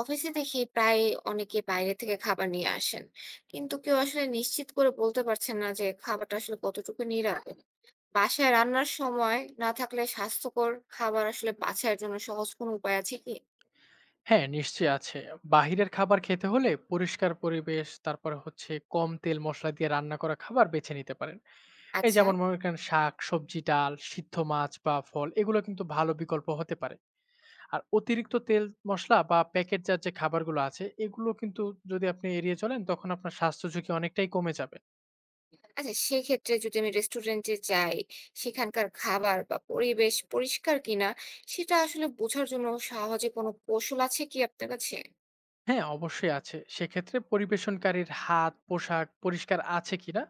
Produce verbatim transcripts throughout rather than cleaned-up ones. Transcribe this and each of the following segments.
অফিসে দেখি প্রায় অনেকে বাইরে থেকে খাবার নিয়ে আসেন, কিন্তু কেউ আসলে নিশ্চিত করে বলতে পারছেন না যে খাবারটা আসলে কতটুকু নিরাপদ। বাসায় রান্নার সময় না থাকলে স্বাস্থ্যকর খাবার আসলে বাছাইয়ের জন্য সহজ কোনো উপায় আছে কি? হ্যাঁ, নিশ্চয়ই আছে। বাহিরের খাবার খেতে হলে পরিষ্কার পরিবেশ, তারপরে হচ্ছে কম তেল মসলা দিয়ে রান্না করা খাবার বেছে নিতে পারেন। এই আচ্ছা। যেমন মনে করেন শাক, সবজি, ডাল, সিদ্ধ মাছ বা ফল এগুলো কিন্তু ভালো বিকল্প হতে পারে। আর অতিরিক্ত তেল মসলা বা প্যাকেটজাত যে খাবারগুলো আছে এগুলো কিন্তু যদি আপনি এড়িয়ে চলেন, তখন আপনার স্বাস্থ্য ঝুঁকি অনেকটাই কমে যাবে। আচ্ছা, সেক্ষেত্রে যদি আমি রেস্টুরেন্টে যাই, সেখানকার খাবার বা পরিবেশ পরিষ্কার কিনা সেটা আসলে বোঝার জন্য সহজে কোনো কৌশল আছে কি আপনার কাছে? হ্যাঁ, অবশ্যই আছে। সেক্ষেত্রে পরিবেশনকারীর হাত, পোশাক পরিষ্কার আছে কিনা,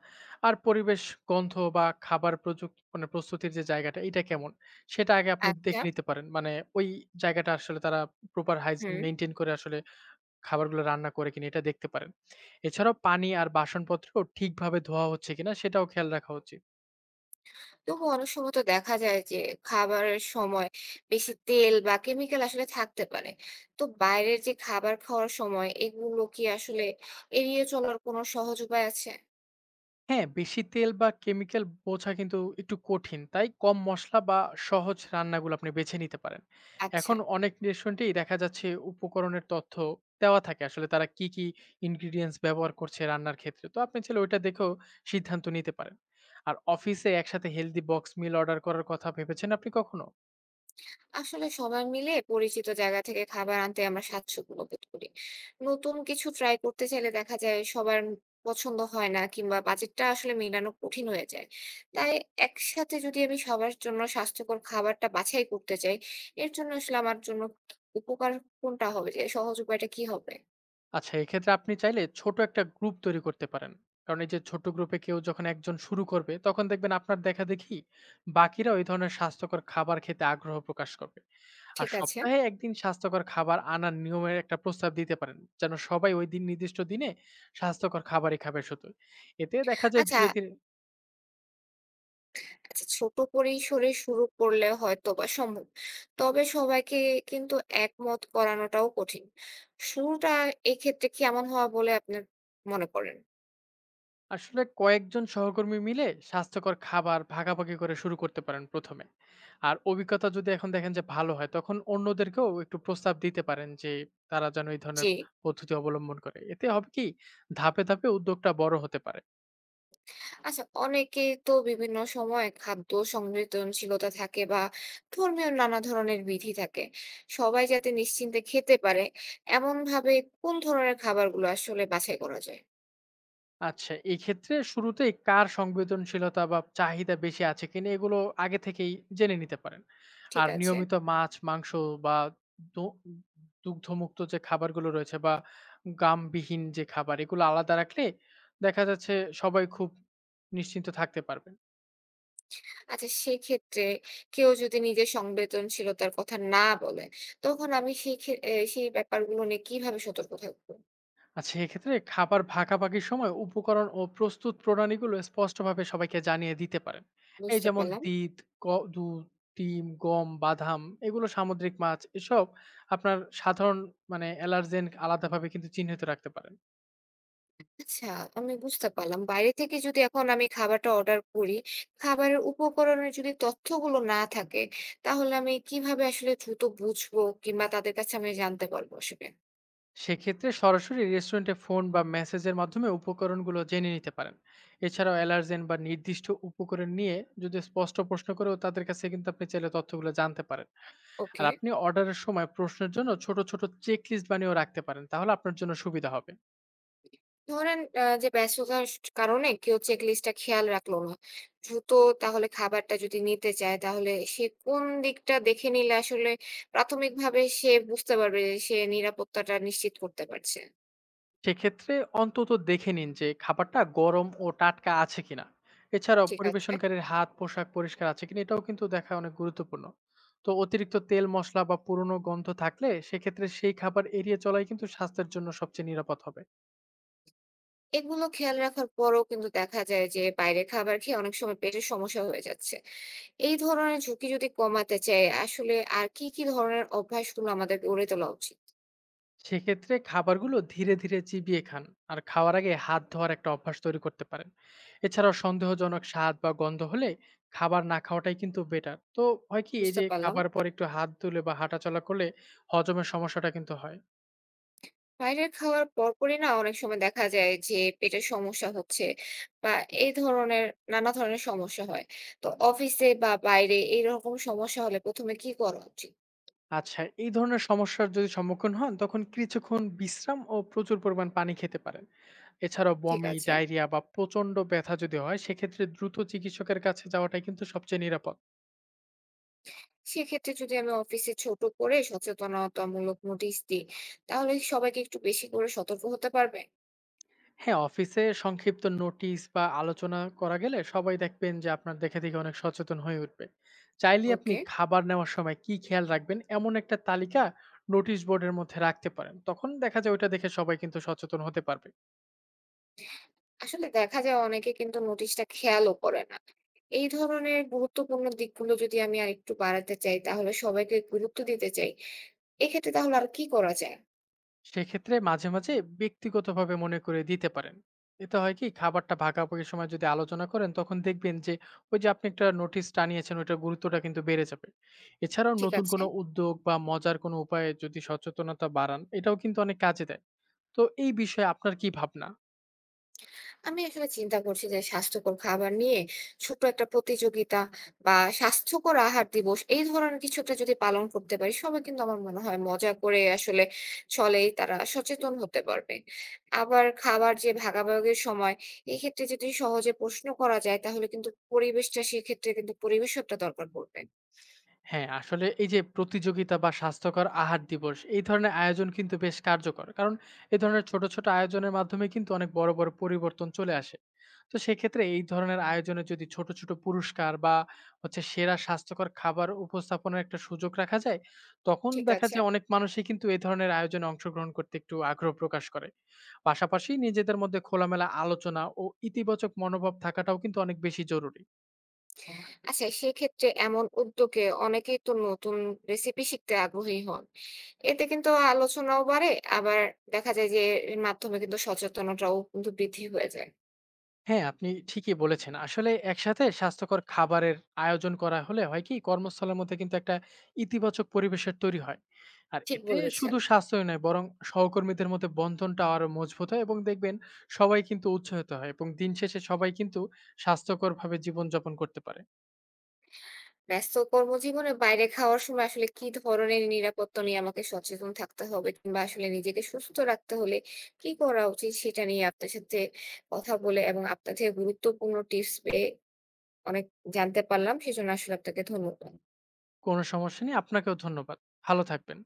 আর পরিবেশ, গন্ধ বা খাবার প্রযুক্ত মানে প্রস্তুতির যে জায়গাটা এটা কেমন, সেটা আগে আপনি আচ্ছা। দেখে নিতে পারেন। মানে ওই জায়গাটা আসলে তারা প্রপার হাইজিন হুম। মেইনটেইন করে আসলে খাবারগুলো রান্না করে কিনা, এটা দেখতে পারেন। এছাড়াও পানি আর বাসনপত্র ঠিকভাবে ধোয়া হচ্ছে কিনা, সেটাও খেয়াল রাখা উচিত। তবু অনেক সময় তো দেখা যায় যে খাবারের সময় বেশি তেল বা কেমিক্যাল আসলে থাকতে পারে, তো বাইরের যে খাবার খাওয়ার সময় এগুলো কি আসলে এড়িয়ে চলার কোনো সহজ উপায় আছে? হ্যাঁ, বেশি তেল বা কেমিক্যাল বোঝা কিন্তু একটু কঠিন। তাই কম মসলা বা সহজ রান্নাগুলো আপনি বেছে নিতে পারেন। আচ্ছা। এখন অনেক রেস্টুরেন্টেই দেখা যাচ্ছে উপকরণের তথ্য দেওয়া থাকে। আসলে তারা কি, কি ingredients ব্যবহার করছে রান্নার ক্ষেত্রে। তো আপনি চাইলে ওইটা দেখেও সিদ্ধান্ত নিতে পারেন। আর অফিসে একসাথে healthy box meal অর্ডার করার কথা ভেবেছেন আপনি কখনো? আসলে সবাই মিলে পরিচিত জায়গা থেকে খাবার আনতে আমরা স্বাচ্ছন্দ্য বোধ করি। নতুন কিছু ট্রাই করতে চাইলে দেখা যায় সবার পছন্দ হয় না, কিংবা বাজেটটা আসলে মেলানো কঠিন হয়ে যায়। তাই একসাথে যদি আমি সবার জন্য স্বাস্থ্যকর খাবারটা বাছাই করতে চাই, এর জন্য আসলে আমার জন্য উপকার কোনটা হবে, যে সহজ উপায়টা কি হবে? আচ্ছা, এক্ষেত্রে আপনি চাইলে ছোট একটা গ্রুপ তৈরি করতে পারেন। কারণ এই যে ছোট গ্রুপে কেউ যখন একজন শুরু করবে, তখন দেখবেন আপনার দেখাদেখি বাকিরাও এই ধরনের স্বাস্থ্যকর খাবার খেতে আগ্রহ প্রকাশ করবে। আর ঠিক আছে। সপ্তাহে একদিন স্বাস্থ্যকর খাবার আনার নিয়মের একটা প্রস্তাব দিতে পারেন। যেন সবাই ওই দিন নির্দিষ্ট দিনে স্বাস্থ্যকর খাবারই খাবে শুধু। এতে দেখা যায় আচ্ছা। ধীরে, ধীরে আচ্ছা, ছোট পরিসরে শুরু করলে হয়তোবা সম্ভব। তবে সবাইকে কিন্তু একমত করানোটাও কঠিন। শুরুটা এক্ষেত্রে কেমন হওয়া বলে আপনার মনে করেন? আসলে কয়েকজন সহকর্মী মিলে স্বাস্থ্যকর খাবার ভাগাভাগি করে শুরু করতে পারেন প্রথমে। আর অভিজ্ঞতা যদি এখন দেখেন যে ভালো হয়, তখন অন্যদেরকেও একটু প্রস্তাব দিতে পারেন যে তারা যেন এই ধরনের জি। পদ্ধতি অবলম্বন করে। এতে হবে কি, ধাপে ধাপে উদ্যোগটা বড় হতে পারে। আচ্ছা, অনেকেই তো বিভিন্ন সময়ে খাদ্য সংবেদনশীলতা থাকে বা ধর্মীয় নানা ধরনের বিধি থাকে। সবাই যাতে নিশ্চিন্তে খেতে পারে এমনভাবে কোন ধরনের খাবারগুলো আসলে বাছাই করা যায়? আচ্ছা, এক্ষেত্রে শুরুতেই কার সংবেদনশীলতা বা চাহিদা বেশি আছে কিনা, এগুলো আগে থেকেই জেনে নিতে পারেন। ঠিক আর আছে। নিয়মিত মাছ, মাংস বা দু দুগ্ধমুক্ত যে খাবারগুলো রয়েছে বা গামবিহীন যে খাবার, এগুলো আলাদা রাখলে দেখা যাচ্ছে সবাই খুব নিশ্চিন্ত থাকতে পারবে। আচ্ছা, সেক্ষেত্রে কেউ যদি নিজের সংবেদনশীলতার কথা না বলে, তখন আমি সেই ক্ষে এ সেই ব্যাপারগুলো নিয়ে কিভাবে সতর্ক থাকবো? আচ্ছা, এক্ষেত্রে খাবার ভাগাভাগির সময় উপকরণ ও প্রস্তুত প্রণালীগুলো স্পষ্টভাবে সবাইকে জানিয়ে দিতে পারেন। এই বুঝতে যেমন পারলাম। দিত গ- দুধ, ডিম, গম, বাদাম, এগুলো, সামুদ্রিক মাছ, এসব আপনার সাধারণ মানে অ্যালার্জেন আলাদাভাবে কিন্তু চিহ্নিত রাখতে পারেন। আচ্ছা। আমি বুঝতে পারলাম। বাইরে থেকে যদি এখন আমি খাবারটা অর্ডার করি, খাবারের উপকরণের যদি তথ্যগুলো না থাকে, তাহলে আমি কিভাবে আসলে দ্রুত বুঝবো কিংবা তাদের কাছে আমি জানতে পারবো আসলে? সেক্ষেত্রে সরাসরি রেস্টুরেন্টে ফোন বা মেসেজের মাধ্যমে উপকরণগুলো জেনে নিতে পারেন। এছাড়াও অ্যালার্জেন বা নির্দিষ্ট উপকরণ নিয়ে যদি স্পষ্ট প্রশ্ন করেও তাদের কাছে, কিন্তু আপনি চাইলে তথ্যগুলো জানতে পারেন। ওকে। আর আপনি অর্ডারের সময় প্রশ্নের জন্য ছোট ছোট চেকলিস্ট বানিয়েও রাখতে পারেন, তাহলে আপনার জন্য সুবিধা হবে। ধরেন আ যে ব্যস্ততার স কারণে কেউ চেক লিস্টটা খেয়াল রাখলো না। দ্রুত তাহলে খাবারটা যদি নিতে চায়, তাহলে সে কোন দিকটা দেখে নিলে আসলে প্রাথমিকভাবে সে বুঝতে পারবে যে সে নিরাপত্তাটা নিশ্চিত করতে পারছে। সেক্ষেত্রে অন্তত দেখে নিন যে খাবারটা গরম ও টাটকা আছে কিনা। এছাড়াও ঠিক আছে। পরিবেশনকারীর হাত, পোশাক পরিষ্কার আছে কিনা, এটাও কিন্তু দেখা অনেক গুরুত্বপূর্ণ। তো অতিরিক্ত তেল, মশলা বা পুরনো গন্ধ থাকলে সেক্ষেত্রে সেই খাবার এড়িয়ে চলাই কিন্তু স্বাস্থ্যের জন্য সবচেয়ে নিরাপদ হবে। এগুলো খেয়াল রাখার পরেও কিন্তু দেখা যায় যে বাইরের খাবার খেয়ে অনেক সময় পেটের সমস্যা হয়ে যাচ্ছে। এই ধরনের ঝুঁকি যদি কমাতে চাই আসলে, আর কি, কি ধরনের অভ্যাসগুলো আমাদের গড়ে তোলা উচিত? সেক্ষেত্রে খাবারগুলো ধীরে ধীরে চিবিয়ে খান। আর খাওয়ার আগে হাত ধোয়ার একটা অভ্যাস তৈরি করতে পারেন। এছাড়াও সন্দেহজনক স্বাদ বা গন্ধ হলে খাবার না খাওয়াটাই কিন্তু বেটার। তো হয় কি, এই বুঝতে যে পারলাম। খাবার পর একটু হাত ধুলে বা হাঁটাচলা করলে হজমের সমস্যাটা কিন্তু হয়। বাইরের খাওয়ার পরপরই না অনেক সময় দেখা যায় যে পেটের সমস্যা হচ্ছে বা এই ধরনের নানা ধরনের সমস্যা হয়। তো অফিসে বা বাইরে এইরকম সমস্যা হলে প্রথমে কি করা উচিত? আচ্ছা, এই ধরনের সমস্যার যদি সম্মুখীন হন, তখন কিছুক্ষণ বিশ্রাম ও প্রচুর পরিমাণ পানি খেতে পারেন। এছাড়াও ঠিক বমি, আছে। ডায়রিয়া বা প্রচন্ড ব্যথা যদি হয়, সেক্ষেত্রে দ্রুত চিকিৎসকের কাছে যাওয়াটাই কিন্তু সবচেয়ে নিরাপদ। সেক্ষেত্রে যদি আমি অফিসে ছোট করে সচেতনতামূলক নোটিশ দিই, তাহলে সবাইকে একটু বেশি করে সতর্ক হতে পারবে? হ্যাঁ, অফিসে সংক্ষিপ্ত নোটিশ বা আলোচনা করা গেলে সবাই দেখবেন যে আপনার দেখে দেখে অনেক সচেতন হয়ে উঠবে। চাইলে আপনি ওকে। খাবার নেওয়ার সময় কি খেয়াল রাখবেন, এমন একটা তালিকা নোটিশ বোর্ডের মধ্যে রাখতে পারেন। তখন দেখা যায় ওইটা দেখে সবাই কিন্তু সচেতন হতে পারবে। আসলে দেখা যায় অনেকে কিন্তু নোটিশটা খেয়ালও করে না। এই ধরনের গুরুত্বপূর্ণ দিকগুলো যদি আমি আরেকটু বাড়াতে চাই, তাহলে সবাইকে গুরুত্ব দিতে চাই। এক্ষেত্রে তাহলে আর কি করা যায়? সেক্ষেত্রে মাঝে মাঝে ব্যক্তিগতভাবে মনে করে দিতে পারেন। এতে হয় কি, খাবারটা ভাগাভাগির সময় যদি আলোচনা করেন, তখন দেখবেন যে ওই যে আপনি একটা নোটিশ টানিয়েছেন, ওটার গুরুত্বটা কিন্তু বেড়ে যাবে। এছাড়াও ঠিক নতুন আছে। কোনো উদ্যোগ বা মজার কোনো উপায়ে যদি সচেতনতা বাড়ান, এটাও কিন্তু অনেক কাজে দেয়। তো এই বিষয়ে আপনার কি ভাবনা? আমি আসলে চিন্তা করছি যে স্বাস্থ্যকর খাবার নিয়ে ছোট্ট একটা প্রতিযোগিতা বা স্বাস্থ্যকর আহার দিবস, এই ধরনের কিছু একটা যদি পালন করতে পারি, সবাই কিন্তু আমার মনে হয় মজা করে আসলে চলেই তারা সচেতন হতে পারবে। আবার খাবার যে ভাগাভাগির সময় এক্ষেত্রে যদি সহজে প্রশ্ন করা যায় তাহলে কিন্তু পরিবেশটা সেক্ষেত্রে কিন্তু পরিবেশকটা দরকার পড়বে। হ্যাঁ, আসলে এই যে প্রতিযোগিতা বা স্বাস্থ্যকর আহার দিবস, এই ধরনের আয়োজন কিন্তু বেশ কার্যকর। কারণ এ ধরনের ছোট, ছোট আয়োজনের মাধ্যমে কিন্তু অনেক বড়, বড় পরিবর্তন চলে আসে। তো সেক্ষেত্রে এই ধরনের আয়োজনে যদি ছোট, ছোট পুরস্কার বা হচ্ছে সেরা স্বাস্থ্যকর খাবার উপস্থাপনের একটা সুযোগ রাখা যায়, তখন ঠিক দেখা আছে। যায় অনেক মানুষই কিন্তু এই ধরনের আয়োজনে অংশগ্রহণ করতে একটু আগ্রহ প্রকাশ করে। পাশাপাশি নিজেদের মধ্যে খোলামেলা আলোচনা ও ইতিবাচক মনোভাব থাকাটাও কিন্তু অনেক বেশি জরুরি। আচ্ছা, সেক্ষেত্রে এমন উদ্যোগে অনেকেই তো নতুন রেসিপি শিখতে আগ্রহী হন। এতে কিন্তু আলোচনাও বাড়ে, আবার দেখা যায় যে এর মাধ্যমে কিন্তু সচেতনতাও কিন্তু বৃদ্ধি হয়ে যায়। হ্যাঁ, আপনি ঠিকই বলেছেন। আসলে একসাথে স্বাস্থ্যকর খাবারের আয়োজন করা হলে হয় কি, কর্মস্থলের মধ্যে কিন্তু একটা ইতিবাচক পরিবেশের তৈরি হয়। আর ঠিক এতে বলেছেন। শুধু স্বাস্থ্যই নয়, বরং সহকর্মীদের মধ্যে বন্ধনটা আরো মজবুত হয় এবং দেখবেন সবাই কিন্তু উৎসাহিত হয় এবং দিন শেষে সবাই কিন্তু স্বাস্থ্যকরভাবে জীবনযাপন করতে পারে। ব্যস্ত কর্মজীবনে বাইরে খাওয়ার সময় আসলে কি ধরনের নিরাপত্তা নিয়ে আমাকে সচেতন থাকতে হবে কিংবা আসলে নিজেকে সুস্থ রাখতে হলে কি করা উচিত, সেটা নিয়ে আপনার সাথে কথা বলে এবং আপনার থেকে গুরুত্বপূর্ণ টিপস পেয়ে অনেক জানতে পারলাম। সেজন্য আসলে আপনাকে ধন্যবাদ। কোনো সমস্যা নেই। আপনাকেও ধন্যবাদ। ভালো থাকবেন।